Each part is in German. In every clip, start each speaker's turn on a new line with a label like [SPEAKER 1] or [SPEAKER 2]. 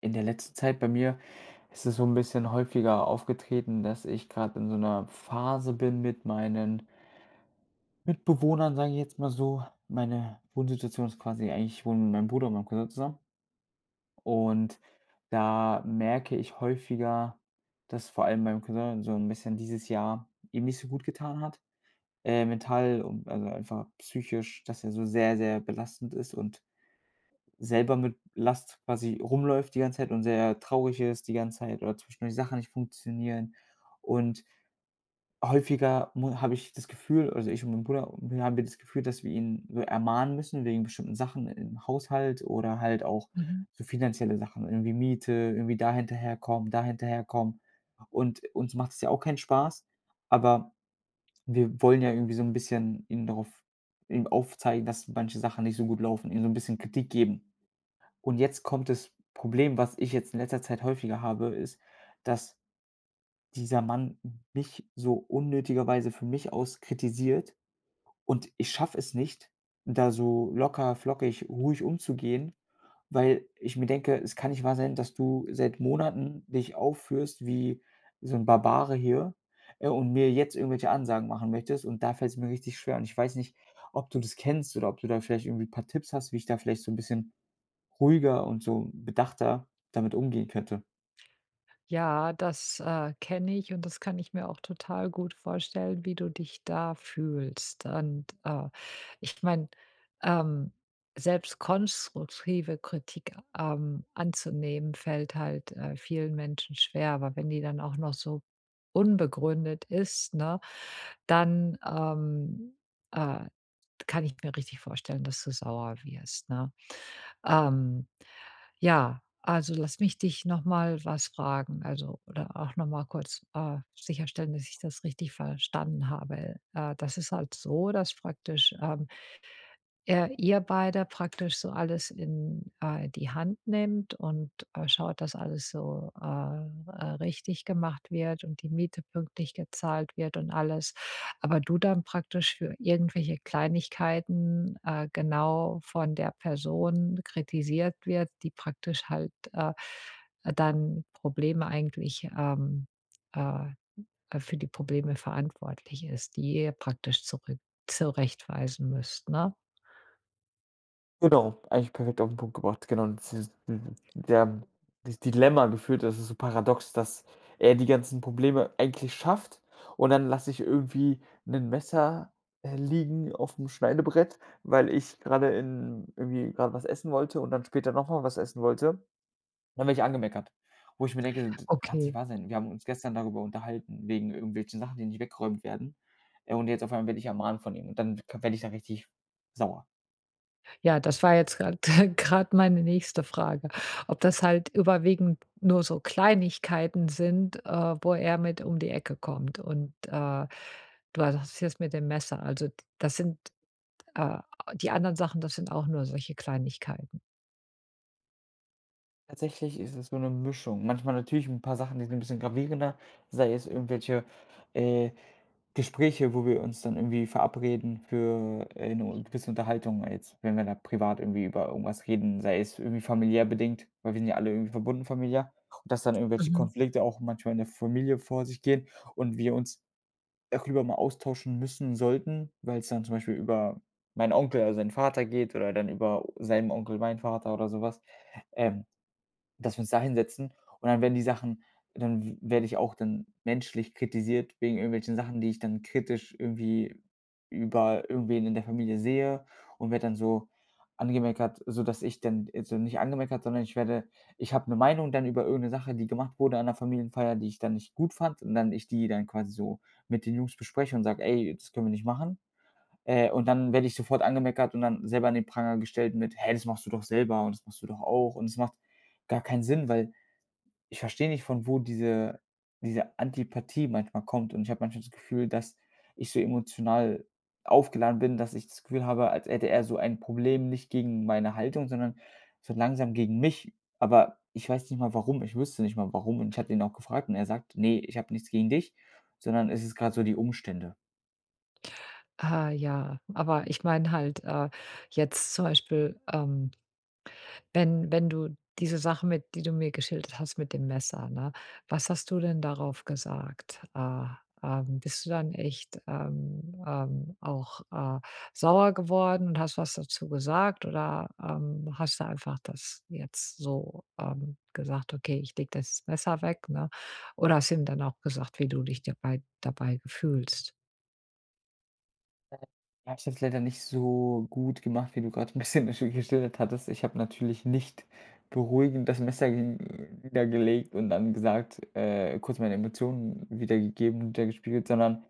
[SPEAKER 1] In der letzten Zeit bei mir ist es so ein bisschen häufiger aufgetreten, dass ich gerade in so einer Phase bin mit meinen Mitbewohnern, sage ich jetzt mal so. Meine Wohnsituation ist quasi eigentlich ich wohne mit meinem Bruder und meinem Cousin zusammen und da merke ich häufiger, dass vor allem meinem Cousin so ein bisschen dieses Jahr ihm nicht so gut getan hat, mental und also einfach psychisch, dass er so sehr, sehr belastend ist und selber mit Last quasi rumläuft die ganze Zeit und sehr traurig ist die ganze Zeit oder zwischendurch Sachen nicht funktionieren. Und häufiger mu habe ich das Gefühl, also ich und mein Bruder, wir haben das Gefühl, dass wir ihn so ermahnen müssen wegen bestimmten Sachen im Haushalt oder halt auch
[SPEAKER 2] Mhm.
[SPEAKER 1] so finanzielle Sachen, irgendwie Miete, da hinterherkommen. Und uns macht es ja auch keinen Spaß, aber wir wollen ja irgendwie so ein bisschen ihn darauf ihm aufzeigen, dass manche Sachen nicht so gut laufen, ihm so ein bisschen Kritik geben. Und jetzt kommt das Problem, was ich jetzt in letzter Zeit häufiger habe, ist, dass dieser Mann mich so unnötigerweise von mich aus kritisiert und ich schaffe es nicht, da so locker, flockig, ruhig umzugehen, weil ich mir denke: „Es kann nicht wahr sein, dass du seit Monaten dich aufführst wie so ein Barbare hier, und mir jetzt irgendwelche Ansagen machen möchtest.“ Und da fällt es mir richtig schwer und ich weiß nicht, ob du das kennst oder ob du da vielleicht irgendwie ein paar Tipps hast, wie ich da vielleicht so ein bisschen ruhiger und so bedachter damit umgehen könnte.
[SPEAKER 2] Ja, das, kenne ich und das kann ich mir auch total gut vorstellen, wie du dich da fühlst. Und, ich meine, ähm, selbst konstruktive Kritik, anzunehmen, fällt halt, vielen Menschen schwer. Aber wenn die dann auch noch so unbegründet ist, ne, dann, äh kann ich mir richtig vorstellen, dass du sauer wirst, ne? Ähm, ja, also lass mich dich noch mal was fragen, also oder auch noch mal kurz, sicherstellen, dass ich das richtig verstanden habe. Das ist halt so, dass praktisch, ihr beide praktisch so alles in, die Hand nimmt und, schaut, dass alles so, richtig gemacht wird und die Miete pünktlich gezahlt wird und alles. Aber du dann praktisch für irgendwelche Kleinigkeiten, genau von der Person kritisiert wird, die praktisch halt, dann Probleme eigentlich, äh, für die Probleme verantwortlich ist, die ihr praktisch zurück zurechtweisen müsst, ne?
[SPEAKER 1] Genau, eigentlich perfekt auf den Punkt gebracht. Genau, und dieses der das Dilemma gefühlt, das ist so paradox, dass er die ganzen Probleme eigentlich schafft und dann lasse ich irgendwie 'nen Messer, liegen aufm Schneidebrett, weil ich grade in irgendwie grad was essen wollte und dann später noch mal was essen wollte. Dann werde ich angemeckert, wo ich mir denke: „D Kann's nicht
[SPEAKER 2] Okay.
[SPEAKER 1] wahr sein. Wir haben uns gestern darüber unterhalten, wegen irgendwelchen Sachen, die nicht weggeräumt werden, und jetzt auf einmal werde ich ermahnt von ihm.“ Und dann k werde ich da richtig sauer.
[SPEAKER 2] Ja, das war jetzt gerade grad meine nächste Frage, ob das halt überwiegend nur so Kleinigkeiten sind, wo er mit um die Ecke kommt. Und, du hast jetzt mit dem Messer, also das sind, äh die anderen Sachen, das sind auch nur solche Kleinigkeiten.
[SPEAKER 1] Tatsächlich ist es so eine Mischung. Manchmal natürlich ein paar Sachen, die sind ein bisschen gravierender, sei es irgendwelche, äh, Gespräche, wo wir uns dann irgendwie verabreden für, 'ne gewisse Unterhaltung. Jetzt, wenn wir da privat irgendwie über irgendwas reden, sei es irgendwie familiär bedingt, weil wir sind ja alle irgendwie verbunden familiär und dass dann irgendwelche
[SPEAKER 2] Mhm.
[SPEAKER 1] Konflikte auch manchmal in der Familie vor sich gehen und wir uns darüber mal austauschen müssen sollten, weil es dann zum Beispiel über meinen Onkel, also seinen Vater geht oder dann über seinen Onkel, meinen Vater oder sowas. Ähm Dass wir uns da hinsetzen und dann werde ich auch dann menschlich kritisiert wegen irgendwelchen Sachen, die ich dann kritisch irgendwie über irgendwen in der Familie sehe und werde dann so angemeckert, sodass ich dann, also nicht angemeckert, sondern ich werde ich habe eine Meinung dann über irgendeine Sache, die gemacht wurde an der Familienfeier, die ich dann nicht gut fand und dann ich die dann quasi so mit den Jungs bespreche und sage: „Ey, das können wir nicht machen.“ Und dann werde ich sofort angemeckert und dann selber an den Pranger gestellt mit: „Hey, das machst du doch selber und das machst du doch auch.“ Und es macht gar keinen Sinn, weil ich verstehe nicht, von wo diese Antipathie manchmal kommt. Und ich habe manchmal das Gefühl, dass ich so emotional aufgeladen bin, dass ich das Gefühl habe, als hätte er so ein Problem nicht gegen meine Haltung, sondern so langsam gegen mich. Aber ich weiß nicht mal warum. Ich wüsste nicht mal warum. Und ich hatte ihn auch gefragt und er sagt: „Nee, ich habe nichts gegen dich, sondern es ist gerade so die Umstände.“
[SPEAKER 2] Ah, ja, aber ich meine halt, jetzt zum Beispiel, wenn du diese Sache mit die du mir geschildert hast mit dem Messer, ne? Was hast du denn darauf gesagt? Bist du dann echt auch, sauer geworden und hast was dazu gesagt oder, hast du einfach das jetzt so, gesagt: „Okay, ich lege das Messer weg“, ne? Oder hast du ihm dann auch gesagt, wie du dich dabei fühlst?
[SPEAKER 1] Ich habe es jetzt leider nicht so gut gemacht, wie du gerade ein bisschen geschildert hattest. Ich habe natürlich nicht beruhigend das Messer hin niedergelegt und dann gesagt, kurz meine Emotionen wiedergegeben, widergespiegelt, sondern,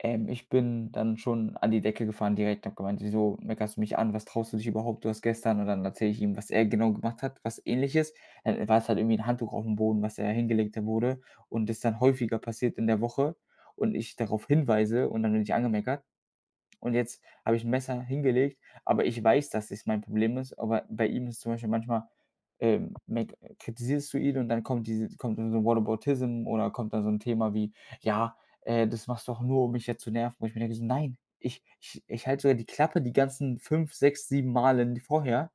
[SPEAKER 1] ich bin dann schon an die Decke gefahren direkt und habe gemeint: „Wieso meckerst du mich an? Was traust du dich überhaupt? Du hast gestern“, und dann erzähle ich ihm, was er genau gemacht hat, was Ähnliches. Dann war es halt irgendwie ein Handtuch auf dem Boden, was er hingelegt wurde und das dann häufiger passiert in der Woche und ich darauf hinweise und dann bin ich angemeckert. Und jetzt habe ich 'n Messer hingelegt, aber ich weiß, dass es mein Problem ist, aber bei ihm ist zum Beispiel manchmal, meck kritisierst du ihn und dann kommt dann so ein Whataboutism oder kommt dann so ein Thema wie: „Ja, das machst du doch nur, um mich jetzt zu nerven.“ Wo ich mir denke so: „Nein, ich halte sogar die Klappe die ganzen 5, 6, 7 Malen vorher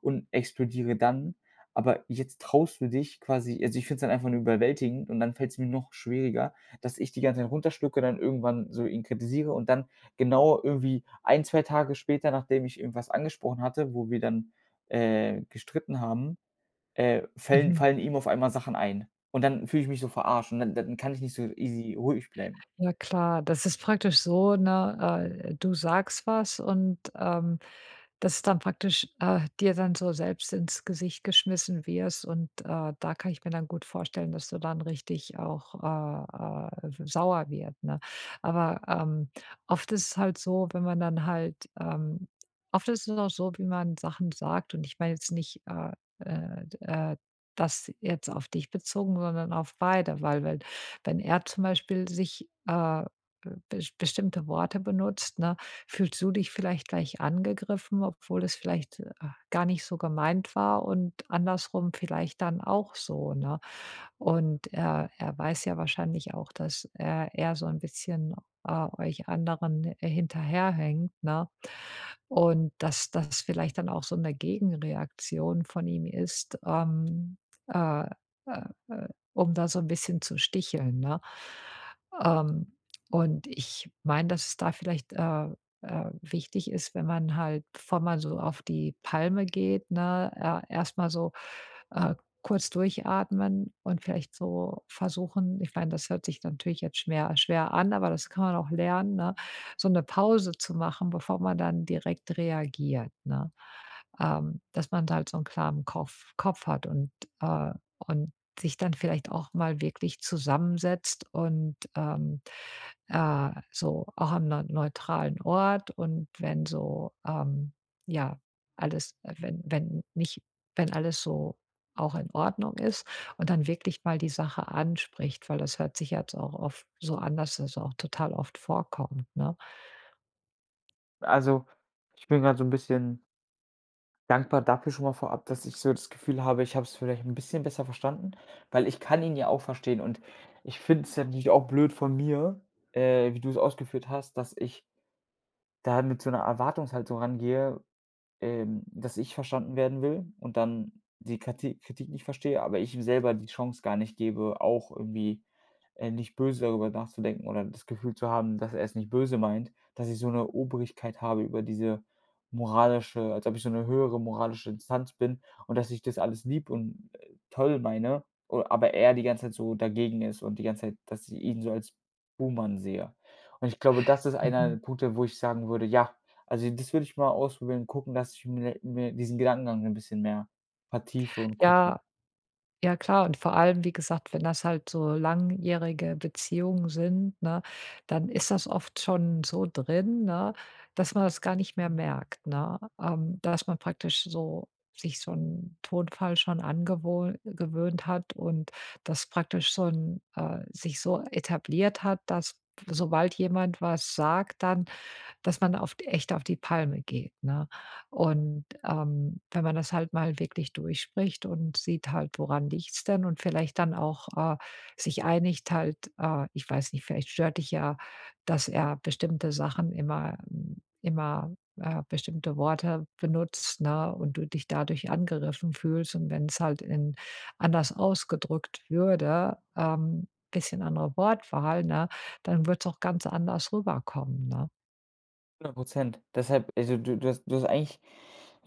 [SPEAKER 1] und explodiere dann, aber jetzt traust du dich quasi“, also, ich finde es dann einfach nur überwältigend und dann fällt es mir noch schwieriger, dass ich die ganze Zeit runterschlucke, dann irgendwann so ihn kritisiere und dann genau irgendwie ein, 2 Tage später, nachdem ich irgendwas angesprochen hatte, wo wir dann, gestritten haben, fällen
[SPEAKER 2] Mhm.
[SPEAKER 1] fallen ihm auf einmal Sachen ein. Und dann fühle ich mich so verarscht und dann kann ich nicht so easy ruhig bleiben.
[SPEAKER 2] Ja klar, das ist praktisch so, ne, du sagst was und, das ist dann praktisch, dir dann so selbst ins Gesicht geschmissen wirst und, da kann ich mir dann gut vorstellen, dass du dann richtig auch, sauer wird, ne? Aber, oft ist es halt so, wenn man dann halt, oft ist es auch so, wie man Sachen sagt und ich meine jetzt nicht, d das jetzt auf dich bezogen, sondern auf beide, weil wenn er zum Beispiel sich, bestimmte Worte benutzt, ne, fühlst du dich vielleicht gleich angegriffen, obwohl es vielleicht, gar nicht so gemeint war und andersrum vielleicht dann auch so, ne? Und er weiß ja wahrscheinlich auch, dass, er so ein bisschen, euch anderen, hinterherhinkt, ne? Und dass das vielleicht dann auch so eine Gegenreaktion von ihm ist, äh, äh, äh, um da so ein bisschen zu sticheln, ne? Ähm, und ich meine, dass es da vielleicht, wichtig ist, wenn man halt, bevor man so auf die Palme geht, ne, erst mal so äh, kurz durchatmen und vielleicht so versuchen ich meine, das hört sich natürlich jetzt schwer an, aber das kann man auch lernen, ne, so eine Pause zu machen, bevor man dann direkt reagiert, ne? Dass man da halt so einen klaren Kopf hat und äh, und sich dann vielleicht auch mal wirklich zusammensetzt und, so auch am neutralen Ort und wenn so, ja, alles wenn wenn nicht wenn alles so auch in Ordnung ist und dann wirklich mal die Sache anspricht, weil das hört sich jetzt auch oft so an, dass das auch total oft vorkommt, ne?
[SPEAKER 1] Also, ich bin gerade so ein bisschen dankbar dafür schon mal vorab, dass ich so das Gefühl habe, ich habe es vielleicht ein bisschen besser verstanden, weil ich kann ihn ja auch verstehen und ich finde es ja natürlich auch blöd von mir, wie du es ausgeführt hast, dass ich da mit so einer Erwartungshaltung rangehe. Dass ich verstanden werden will und dann die Krati Kritik nicht verstehe, aber ich ihm selber die Chance gar nicht gebe, auch irgendwie, nicht böse darüber nachzudenken oder das Gefühl zu haben, dass er es nicht böse meint, dass ich so eine Obrigkeit habe über diese moralische als ob ich so eine höhere moralische Instanz bin und dass ich das alles lieb und, toll meine, o aber er die ganze Zeit so dagegen ist und die ganze Zeit, dass ich ihn so als Buhmann sehe. Und ich glaube, das ist einer der
[SPEAKER 2] Mhm.
[SPEAKER 1] Punkte, wo ich sagen würde: „Ja, also, das würde ich mal ausprobieren, gucken, dass ich mir diesen Gedankengang ein bisschen mehr vertiefe und gucke.
[SPEAKER 2] Ja, ja klar, und vor allem, wie gesagt, wenn das halt so langjährige Beziehungen sind, ne, dann ist das oft schon so drin, ne, dass man das gar nicht mehr merkt, ne? Dass man praktisch so sich so 'n Tonfall schon angewohn gewöhnt hat und das praktisch schon, sich so etabliert hat, dass sobald jemand was sagt, dann dass man auf echt auf die Palme geht, ne? Und, wenn man das halt mal wirklich durchspricht und sieht halt, woran liegt's denn und vielleicht dann auch, sich einigt halt, ich weiß nicht, vielleicht stört dich ja, dass er bestimmte Sachen immer immer, bestimmte Worte benutzt, ne, und du dich dadurch angegriffen fühlst und wenn es halt in anders ausgedrückt würde, bisschen andere Wortwahl, ne, dann würd's auch ganz anders rüberkommen, ne?
[SPEAKER 1] Hundert Prozent. Deshalb, also, du hast eigentlich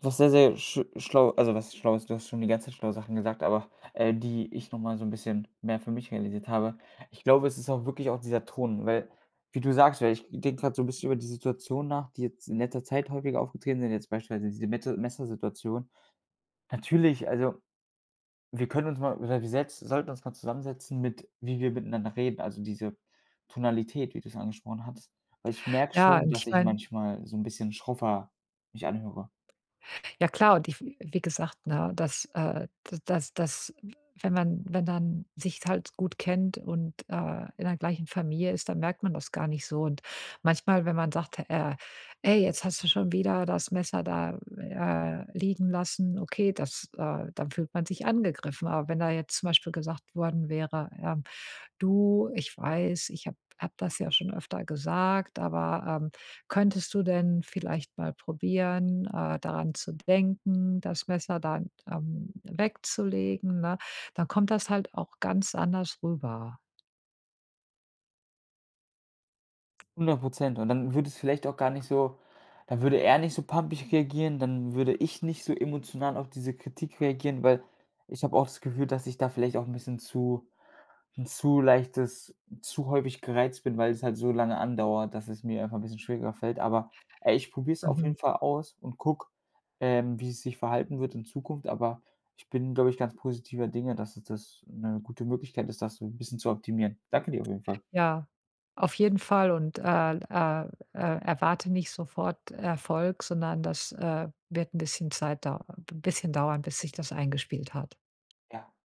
[SPEAKER 1] was sehr, sehr sch schlau also, was Schlaues, du hast schon die ganze Zeit schlaue Sachen gesagt, aber, die ich noch mal so ein bisschen mehr für mich realisiert habe. Ich glaube, es ist auch wirklich auch dieser Ton, weil wie du sagst, weil ich denke gerade so ein bisschen über die Situation nach, die jetzt in letzter Zeit häufiger aufgetreten sind, jetzt beispielsweise diese Mette Messersituation. Natürlich, also wir können uns mal, oder wir setz sollten uns mal zusammensetzen mit wie wir miteinander reden, also diese Tonalität, wie du es angesprochen hattest. Weil ich merke
[SPEAKER 2] Ja,
[SPEAKER 1] schon,
[SPEAKER 2] und
[SPEAKER 1] dass
[SPEAKER 2] ich
[SPEAKER 1] ich
[SPEAKER 2] meine
[SPEAKER 1] manchmal so ein bisschen schroffer mich anhöre.
[SPEAKER 2] ja klar, und ich wie gesagt, ne, dass, d dass dass wenn man wenn man sich halt gut kennt und, in der gleichen Familie ist, dann merkt man das gar nicht so. Und manchmal, wenn man sagt, „Ey, jetzt hast du schon wieder das Messer da, liegen lassen.“ Okay, das, dann fühlt man sich angegriffen. Aber wenn da jetzt zum Beispiel gesagt worden wäre, du, ich weiß, ich habe das ja schon öfter gesagt, aber, könntest du denn vielleicht mal probieren, daran zu denken, das Messer dann, wegzulegen, ne? Dann kommt das halt auch ganz anders rüber.
[SPEAKER 1] 100 Und dann würde es vielleicht auch gar nicht so dann würde er nicht so pampig reagieren, dann würde ich nicht so emotional auf diese Kritik reagieren, weil ich habe auch das Gefühl, dass ich da vielleicht auch ein bisschen zu 'N zu leichtes zu häufig gereizt bin, weil es halt so lange andauert, dass es mir einfach 'n bisschen schwieriger fällt. Aber, ey, ich probiere es auf
[SPEAKER 2] Mhm.
[SPEAKER 1] jeden Fall aus und gucke, wie es sich verhalten wird in Zukunft. Aber ich bin, glaube ich, ganz positiver Dinge, dass es das 'ne gute Möglichkeit ist, das so 'n bisschen zu optimieren. Danke dir auf jeden Fall.
[SPEAKER 2] Ja, auf jeden Fall und, äh, äh, erwarte nicht sofort Erfolg, sondern das, wird ein bisschen Zeit dau ein bisschen dauern, bis sich das eingespielt hat.
[SPEAKER 1] Ja.